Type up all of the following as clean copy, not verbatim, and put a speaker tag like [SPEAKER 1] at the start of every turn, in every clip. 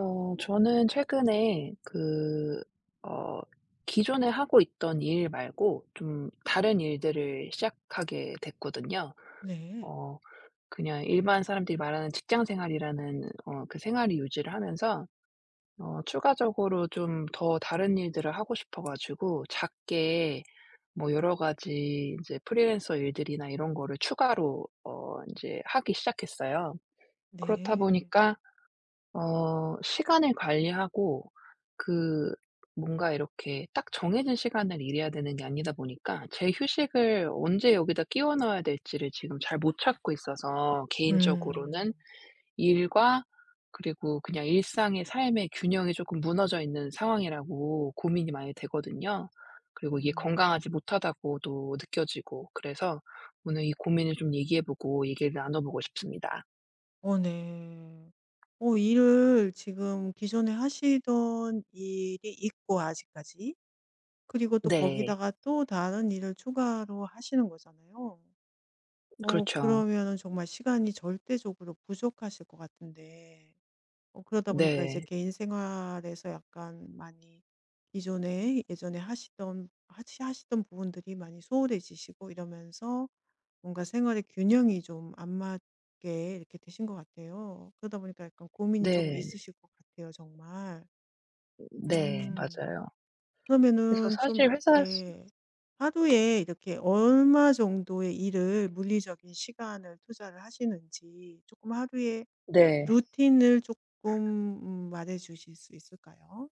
[SPEAKER 1] 저는 최근에 그 어 기존에 하고 있던 일 말고 좀 다른 일들을 시작하게 됐거든요.
[SPEAKER 2] 네.
[SPEAKER 1] 어 그냥 일반 사람들이 말하는 직장 생활이라는 그 생활을 유지를 하면서 추가적으로 좀 더 다른 일들을 하고 싶어 가지고, 작게 뭐 여러 가지 이제 프리랜서 일들이나 이런 거를 추가로 이제 하기 시작했어요. 그렇다
[SPEAKER 2] 네.
[SPEAKER 1] 보니까 시간을 관리하고, 그 뭔가 이렇게 딱 정해진 시간을 일해야 되는 게 아니다 보니까, 제 휴식을 언제 여기다 끼워 넣어야 될지를 지금 잘 못 찾고 있어서, 개인적으로는
[SPEAKER 2] 음.
[SPEAKER 1] 일과 그리고 그냥 일상의 삶의 균형이 조금 무너져 있는 상황이라고 고민이 많이 되거든요. 그리고 이게
[SPEAKER 2] 음.
[SPEAKER 1] 건강하지 못하다고도 느껴지고 그래서 오늘 이 고민을 좀 얘기해 보고 얘기를 나눠 보고 싶습니다.
[SPEAKER 2] 어 네. 어 일을 지금 기존에 하시던 일이 있고 아직까지. 그리고 또
[SPEAKER 1] 네.
[SPEAKER 2] 거기다가 또 다른 일을 추가로 하시는 거잖아요. 어
[SPEAKER 1] 그렇죠.
[SPEAKER 2] 그러면은 정말 시간이 절대적으로 부족하실 것 같은데 어 그러다 보니까 이제
[SPEAKER 1] 네.
[SPEAKER 2] 개인 생활에서 약간 많이 기존에 예전에 하시던 하시던 부분들이 많이 소홀해지시고 이러면서 뭔가 생활의 균형이 좀 안 맞게 이렇게 되신 것 같아요. 그러다 보니까 약간 고민이 조금
[SPEAKER 1] 네.
[SPEAKER 2] 있으실 것 같아요, 정말.
[SPEAKER 1] 네.
[SPEAKER 2] 음.
[SPEAKER 1] 맞아요. 그래서
[SPEAKER 2] 그러면은 좀
[SPEAKER 1] 사실 회사에서.
[SPEAKER 2] 이렇게 하루에 이렇게 얼마 정도의 일을 물리적인 시간을 투자를 하시는지 조금 하루에
[SPEAKER 1] 네.
[SPEAKER 2] 루틴을 조금 말해 주실 수 있을까요?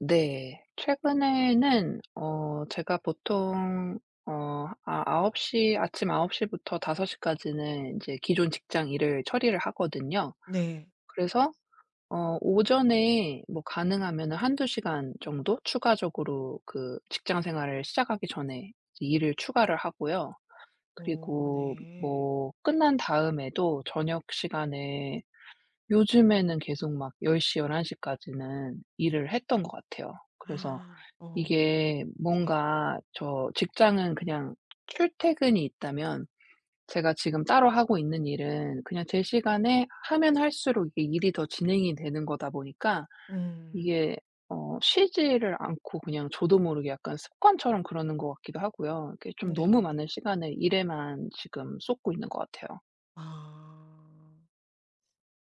[SPEAKER 1] 네. 최근에는 제가 보통 어 아 9 0 아침 9시 부터 5시 까지는 인제 기존 직장 일을 처리를 하거든요.
[SPEAKER 2] 네.
[SPEAKER 1] 그래서 오전에 뭐 가능하면은 2시간 정도 추가적으로 그 직장 생활을 시작하기 전에 일을 추가를 하고요.
[SPEAKER 2] 오,
[SPEAKER 1] 그리고
[SPEAKER 2] 네.
[SPEAKER 1] 뭐 끝난 다음에도 저녁 시간에 요즘에는 계속 막 1 0 열한 1 1 까지는 일을 했던 것 같아요. 그래서
[SPEAKER 2] 아, 어,
[SPEAKER 1] 이게
[SPEAKER 2] 네.
[SPEAKER 1] 뭔가 저 직장은 그냥 출퇴근이 있다면, 제가 지금 따로 하고 있는 일은 그냥 제 시간에 하면 할수록 이게 일이 더 진행이 되는 거다 보니까,
[SPEAKER 2] 음,
[SPEAKER 1] 이게 쉬지를 않고 그냥 저도 모르게 약간 습관처럼 그러는 것 같기도 하고요. 이게 좀
[SPEAKER 2] 네.
[SPEAKER 1] 너무 많은 시간을 일에만 지금 쏟고 있는 것 같아요.
[SPEAKER 2] 아.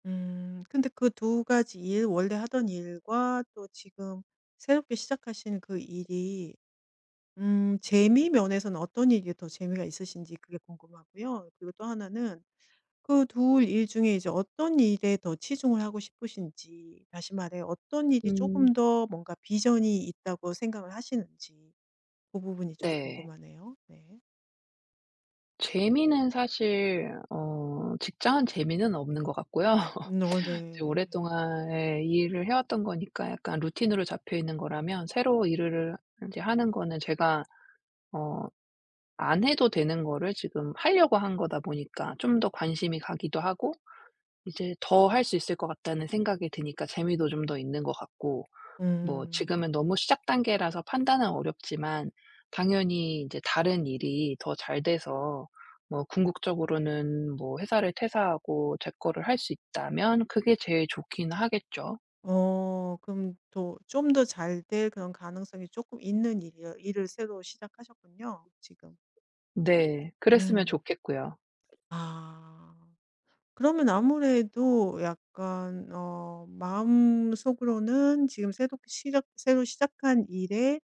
[SPEAKER 2] 음. 근데 그 두 가지 일 원래 하던 일과 또 지금 새롭게 시작하신 그 일이 재미 면에서는 어떤 일이 더 재미가 있으신지 그게 궁금하고요. 그리고 또 하나는 그 두 일 중에 이제 어떤 일에 더 치중을 하고 싶으신지 다시 말해 어떤 일이 조
[SPEAKER 1] 음.
[SPEAKER 2] 금 더 뭔가 비전이 있다고 생각을 하시는지 그 부분이 좀
[SPEAKER 1] 네.
[SPEAKER 2] 궁금하네요. 네.
[SPEAKER 1] 재미는 사실 직장은 재미는 없는 것 같고요.
[SPEAKER 2] 어 네.
[SPEAKER 1] 이제 오랫동안, 예, 이 일을 해 왔던 거니까 약간 루틴으로 잡혀 있는 거라면, 새로 일을 이제 하는 거는 제가 어 안 해도 되는 거를 지금 하려고 한 거다 보니까 좀 더 관심이 가기도 하고, 이제 더 할 수 있을 것 같다는 생각이 드니까 재미도 좀 더 있는 것 같고. 뭐
[SPEAKER 2] 음.
[SPEAKER 1] 지금은 너무 시작 단계라서 판단은 어렵지만, 당연히 이제 다른 일이 더 잘 돼서 뭐 궁극적으로는 뭐 회사를 퇴사하고 제 거를 할 수 있다면 그게 제일 좋긴 하겠죠.
[SPEAKER 2] 어 그럼 또 좀 더 잘 될 그런 가능성이 조금 있는 일이요 일을 새로 시작하셨군요 지금.
[SPEAKER 1] 네. 그랬으면
[SPEAKER 2] 음.
[SPEAKER 1] 좋겠고요.
[SPEAKER 2] 아. 그러면 아무래도 약간 어 마음속으로는 지금 새로 시작한 일에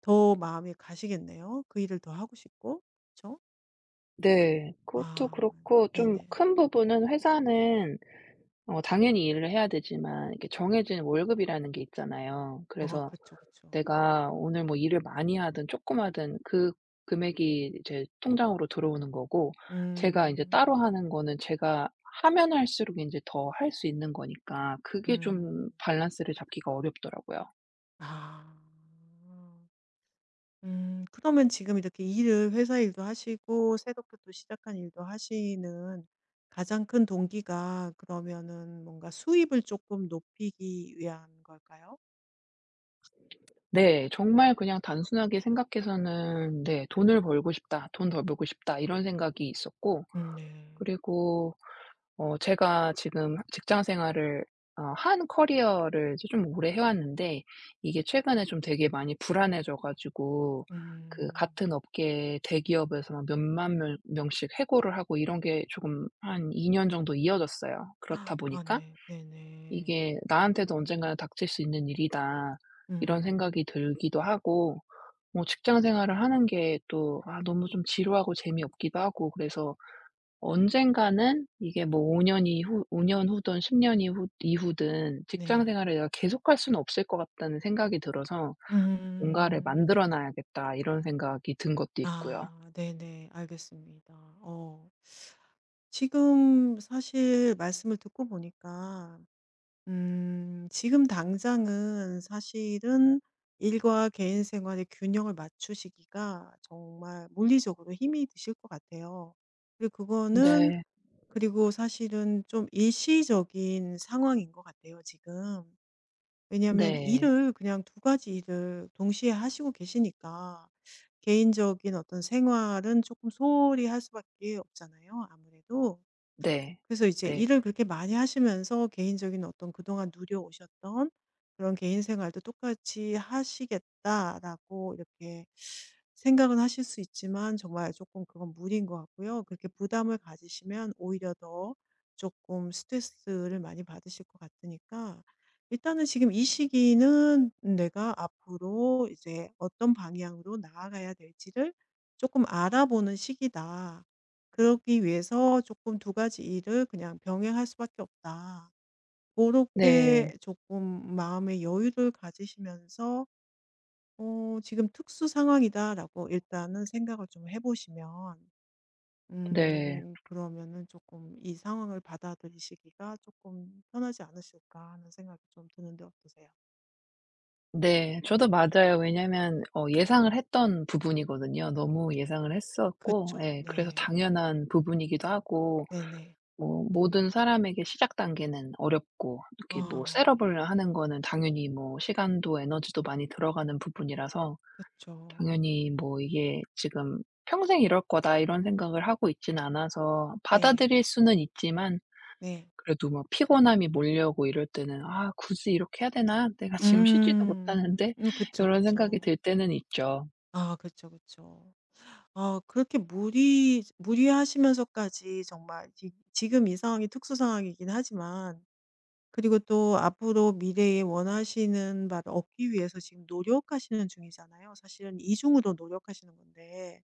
[SPEAKER 2] 더 마음이 가시겠네요. 그 일을 더 하고 싶고. 그쵸?
[SPEAKER 1] 네. 그것도
[SPEAKER 2] 아
[SPEAKER 1] 그렇고 좀
[SPEAKER 2] 네네.
[SPEAKER 1] 큰 부분은, 회사는 당연히 일을 해야 되지만 이렇게 정해진 월급이라는 게 있잖아요.
[SPEAKER 2] 어
[SPEAKER 1] 그래서
[SPEAKER 2] 그쵸.
[SPEAKER 1] 내가 오늘 뭐 일을 많이 하든 조금 하든 그 금액이 이제 통장으로 들어오는 거고, 제가 이제
[SPEAKER 2] 음.
[SPEAKER 1] 따로 하는 거는 제가 하면 할수록 인제 더 할 수 있는 거니까 그게
[SPEAKER 2] 음.
[SPEAKER 1] 좀 밸런스를 잡기가 어렵더라고요.
[SPEAKER 2] 아. 그러면 지금 이렇게 일을 회사 일도 하시고 새롭게 또 시작한 일도 하시는 가장 큰 동기가 그러면은 뭔가 수입을 조금 높이기 위한 걸까요?
[SPEAKER 1] 네. 정말 그냥 단순하게 생각해서는, 네, '돈을 벌고 싶다. 돈 더 벌고 싶다.' 이런 생각이 있었고,
[SPEAKER 2] 네.
[SPEAKER 1] 그리고 제가 지금 직장 생활을 한 커리어를 이제 좀 오래 해 왔는데, 이게 최근에 좀 되게 많이 불안해져 가지고. 그
[SPEAKER 2] 음.
[SPEAKER 1] 같은 업계 대기업에서 막 몇만 명 명씩 해고를 하고 이런 게 조금 한 2년 정도 이어졌어요. 그렇다
[SPEAKER 2] 아
[SPEAKER 1] 보니까
[SPEAKER 2] 네. 네네.
[SPEAKER 1] 이게 '나한테도 언젠가는 닥칠 수 있는 일이다.' 이런
[SPEAKER 2] 음.
[SPEAKER 1] 생각이 들기도 하고, 뭐 직장 생활을 하는 게 또 너무 좀 지루하고 재미없기도 하고 그래서, 언젠가는 이게 뭐 5년 후든 10년 이후든 직장
[SPEAKER 2] 네.
[SPEAKER 1] 생활을 내가 계속할 수는 없을 것 같다는 생각이 들어서, '뭔가를
[SPEAKER 2] 음.
[SPEAKER 1] 만들어 놔야겠다.' 이런 생각이 든 것도 있고요.
[SPEAKER 2] 아 네네. 알겠습니다. 어. 지금 사실 말씀을 듣고 보니까 지금 당장은 사실은 일과 개인 생활의 균형을 맞추시기가 정말 물리적으로 힘이 드실 것 같아요. 그리고 그거는
[SPEAKER 1] 네.
[SPEAKER 2] 그리고 사실은 좀 일시적인 상황인 것 같아요 지금. 왜냐하면
[SPEAKER 1] 네.
[SPEAKER 2] 일을 그냥 두 가지 일을 동시에 하시고 계시니까 개인적인 어떤 생활은 조금 소홀히 할 수밖에 없잖아요 아무래도.
[SPEAKER 1] 네.
[SPEAKER 2] 그래서 이제
[SPEAKER 1] 네.
[SPEAKER 2] 일을 그렇게 많이 하시면서 개인적인 어떤 그동안 누려오셨던 그런 개인 생활도 똑같이 하시겠다라고 이렇게 생각은 하실 수 있지만 정말 조금 그건 무리인 것 같고요. 그렇게 부담을 가지시면 오히려 더 조금 스트레스를 많이 받으실 것 같으니까 일단은 지금 이 시기는 내가 앞으로 이제 어떤 방향으로 나아가야 될지를 조금 알아보는 시기다. 그러기 위해서 조금 두 가지 일을 그냥 병행할 수밖에 없다. 그렇게
[SPEAKER 1] 네.
[SPEAKER 2] 조금 마음의 여유를 가지시면서 어 '지금 특수 상황이다.'라고 일단은 생각을 좀 해 보시면
[SPEAKER 1] 네.
[SPEAKER 2] 그러면은 조금 이 상황을 받아들이시기가 조금 편하지 않으실까 하는 생각이 좀 드는데 어떠세요?
[SPEAKER 1] 네. 저도 맞아요. 왜냐면 예상을 했던 부분이거든요. 너무 예상을 했었고,
[SPEAKER 2] 그쵸.
[SPEAKER 1] 예, 그래서
[SPEAKER 2] 네.
[SPEAKER 1] 당연한 부분이기도 하고,
[SPEAKER 2] 네네.
[SPEAKER 1] 뭐 모든 사람에게 시작 단계는 어렵고 이렇게, 뭐
[SPEAKER 2] 아
[SPEAKER 1] 셋업을 하는 거는 당연히 뭐 시간도 에너지도 많이 들어가는 부분이라서.
[SPEAKER 2] 그쵸.
[SPEAKER 1] 당연히 뭐 이게 지금 '평생 이럴 거다.' 이런 생각을 하고 있진 않아서
[SPEAKER 2] 네.
[SPEAKER 1] 받아들일 수는 있지만,
[SPEAKER 2] 네.
[SPEAKER 1] 그래도 막 피곤함이 몰려오고 이럴 때는 '아 굳이 이렇게 해야 되나? 내가 지금 쉬지도
[SPEAKER 2] 음.
[SPEAKER 1] 못하는데.' 요런 생각이
[SPEAKER 2] 그쵸.
[SPEAKER 1] 들 때는 있죠.
[SPEAKER 2] 아그죠그죠아 그렇게 무리하시면서까지 정말 지 지금 이 상황이 특수 상황이긴 하지만 그리고 또 앞으로 미래에 원하시는 바를 얻기 위해서 지금 노력하시는 중이잖아요. 사실은 이중으로 노력하시는 건데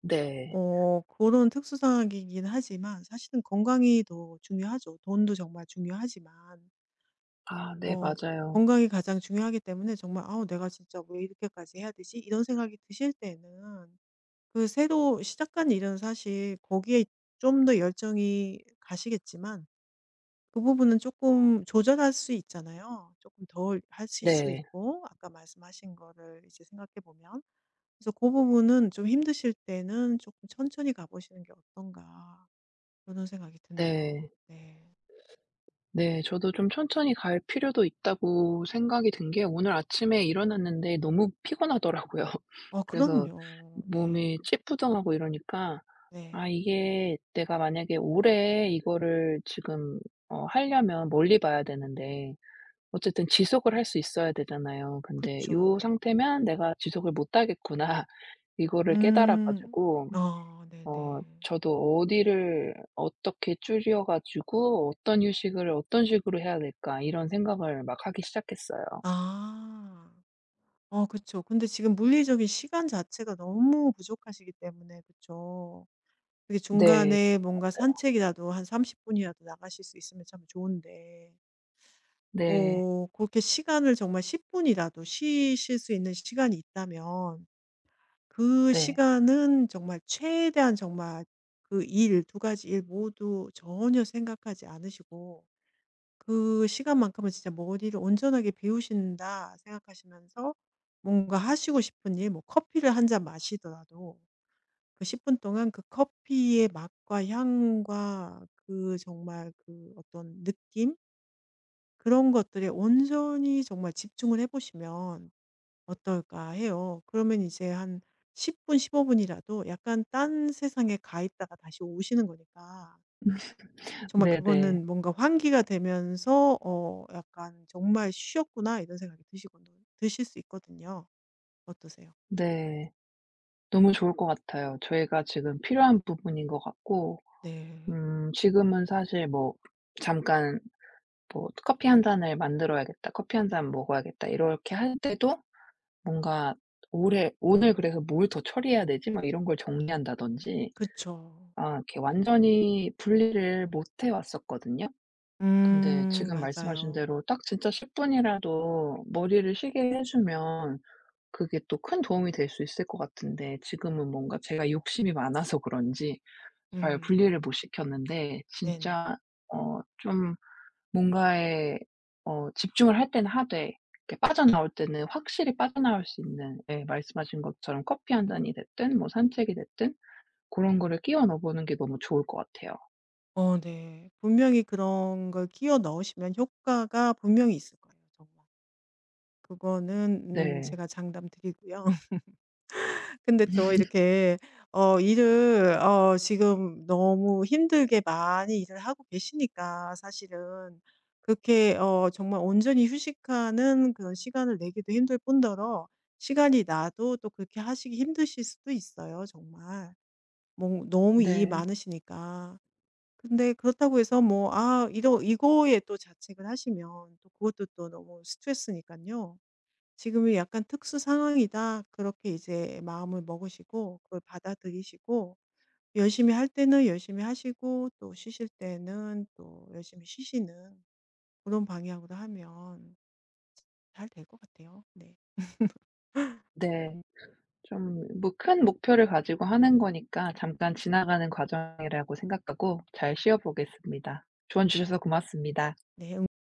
[SPEAKER 1] 네.
[SPEAKER 2] 어 그런 특수 상황이긴 하지만 사실은 건강이 더 중요하죠. 돈도 정말 중요하지만
[SPEAKER 1] 아, 네,
[SPEAKER 2] 어
[SPEAKER 1] 맞아요.
[SPEAKER 2] 건강이 가장 중요하기 때문에 정말 '아우 내가 진짜 왜 이렇게까지 해야 되지?' 이런 생각이 드실 때는 그 새로 시작한 일은 사실 거기에 좀 더 열정이 가시겠지만 그 부분은 조금 조절할 수 있잖아요. 조금 덜 하실 수
[SPEAKER 1] 네.
[SPEAKER 2] 있고 아까 말씀하신 거를 이제 생각해 보면. 그래서 그 부분은 좀 힘드실 때는 조금 천천히 가 보시는 게 어떤가.' 그런 생각이 드네요.
[SPEAKER 1] 네.
[SPEAKER 2] 네.
[SPEAKER 1] 네. 저도 좀 천천히 갈 필요도 있다고 생각이 든 게, 오늘 아침에 일어났는데 너무 피곤하더라고요.
[SPEAKER 2] 어
[SPEAKER 1] 그래서
[SPEAKER 2] 그럼요. 네.
[SPEAKER 1] 몸이 찌뿌둥하고 이러니까
[SPEAKER 2] 네.
[SPEAKER 1] '아 이게 내가 만약에 올해 이거를 지금 하려면 멀리 봐야 되는데 어쨌든 지속을 할 수 있어야 되잖아요. 근데 이
[SPEAKER 2] 그쵸.
[SPEAKER 1] 상태면 내가 지속을 못 하겠구나.' 이거를 깨달아
[SPEAKER 2] 음.
[SPEAKER 1] 가지고
[SPEAKER 2] 어 네네.
[SPEAKER 1] 저도 어디를 어떻게 줄여 가지고 '어떤 휴식을 어떤 식으로 해야 될까.' 이런 생각을 막 하기 시작했어요.
[SPEAKER 2] 아. 어 그쵸. 근데 지금 물리적인 시간 자체가 너무 부족하시기 때문에 그쵸. 그게
[SPEAKER 1] 네.
[SPEAKER 2] 중간에 뭔가 산책이라도 한 30 분이라도 나가실 수 있으면 참 좋은데
[SPEAKER 1] 네.
[SPEAKER 2] 어 그렇게 시간을 정말 10 분이라도 쉬실 수 있는 시간이 있다면 그
[SPEAKER 1] 네.
[SPEAKER 2] 시간은 정말 최대한 정말 그 일 두 가지 일 모두 전혀 생각하지 않으시고 그 시간만큼은 진짜 '머리를 온전하게 비우신다.' 생각하시면서 뭔가 하시고 싶은 일 뭐 커피를 한 잔 마시더라도 그 10분 동안 그 커피의 맛과 향과 그 정말 그 어떤 느낌 그런 것들에 온전히 정말 집중을 해 보시면 어떨까 해요. 그러면 이제 한 10분 15 분이라도 약간 딴 세상에 가 있다가 다시 오시는 거니까. 정말
[SPEAKER 1] 네네.
[SPEAKER 2] 그거는 뭔가 환기가 되면서 어 약간 '정말 쉬었구나.' 이런 생각이 드시곤 드실 수 있거든요. 어떠세요?
[SPEAKER 1] 네. 너무 좋을 것 같아요. 저희가 지금 필요한 부분인 것 같고.
[SPEAKER 2] 네.
[SPEAKER 1] 지금은 사실 뭐 잠깐 뭐 '커피 한 잔을 만들어야겠다. 커피 한 잔 먹어야겠다.' 이렇게 할 때도 뭔가 '올해 오늘 그래서 뭘 더 처리해야 되지?' 막 이런 걸 정리한다든지,
[SPEAKER 2] 그쵸.
[SPEAKER 1] 이렇게 완전히 분리를 못해 왔었거든요. 근데 지금 말씀하신
[SPEAKER 2] 맞아요.
[SPEAKER 1] 대로 딱 진짜 10 분이라도 머리를 쉬게 해 주면 그게 또 큰 도움이 될 수 있을 것 같은데, 지금은 뭔가 제가 욕심이 많아서 그런지 잘
[SPEAKER 2] 음
[SPEAKER 1] 분리를 못 시켰는데.
[SPEAKER 2] 네네.
[SPEAKER 1] 진짜 좀 뭔가에 집중을 할 때는 하되, 이렇게 빠져나올 때는 확실히 빠져나올 수 있는, 예, 말씀하신 것처럼 커피 한 잔이 됐든 뭐 산책이 됐든 그런 거를 끼워 넣어 보는 게 너무 좋을 것 같아요.
[SPEAKER 2] 어 네. 분명히 그런 걸 끼워 넣으시면 효과가 분명히 있을 거예요 정말. 그거는
[SPEAKER 1] 네.
[SPEAKER 2] 제가 장담 드리고요. 근데 또 이렇게 어 일을 어 지금 너무 힘들게 많이 일을 하고 계시니까 사실은 그렇게 어 정말 온전히 휴식하는 그런 시간을 내기도 힘들 뿐더러 시간이 나도 또 그렇게 하시기 힘드실 수도 있어요, 정말. 뭐 너무 일이
[SPEAKER 1] 네.
[SPEAKER 2] 많으시니까. 근데 그렇다고 해서 뭐 아 이러 이거에 또 자책을 하시면 또 그것도 또 너무 스트레스니까요 '지금이 약간 특수 상황이다.' 그렇게 이제 마음을 먹으시고 그걸 받아들이시고 열심히 할 때는 열심히 하시고 또 쉬실 때는 또 열심히 쉬시는 그런 방향으로 하면 잘 될 것 같아요. 네.
[SPEAKER 1] 네. 좀 뭐 큰 목표를 가지고 하는 거니까 잠깐 지나가는 과정이라고 생각하고 잘 쉬어 보겠습니다. 조언 주셔서 고맙습니다.
[SPEAKER 2] 네.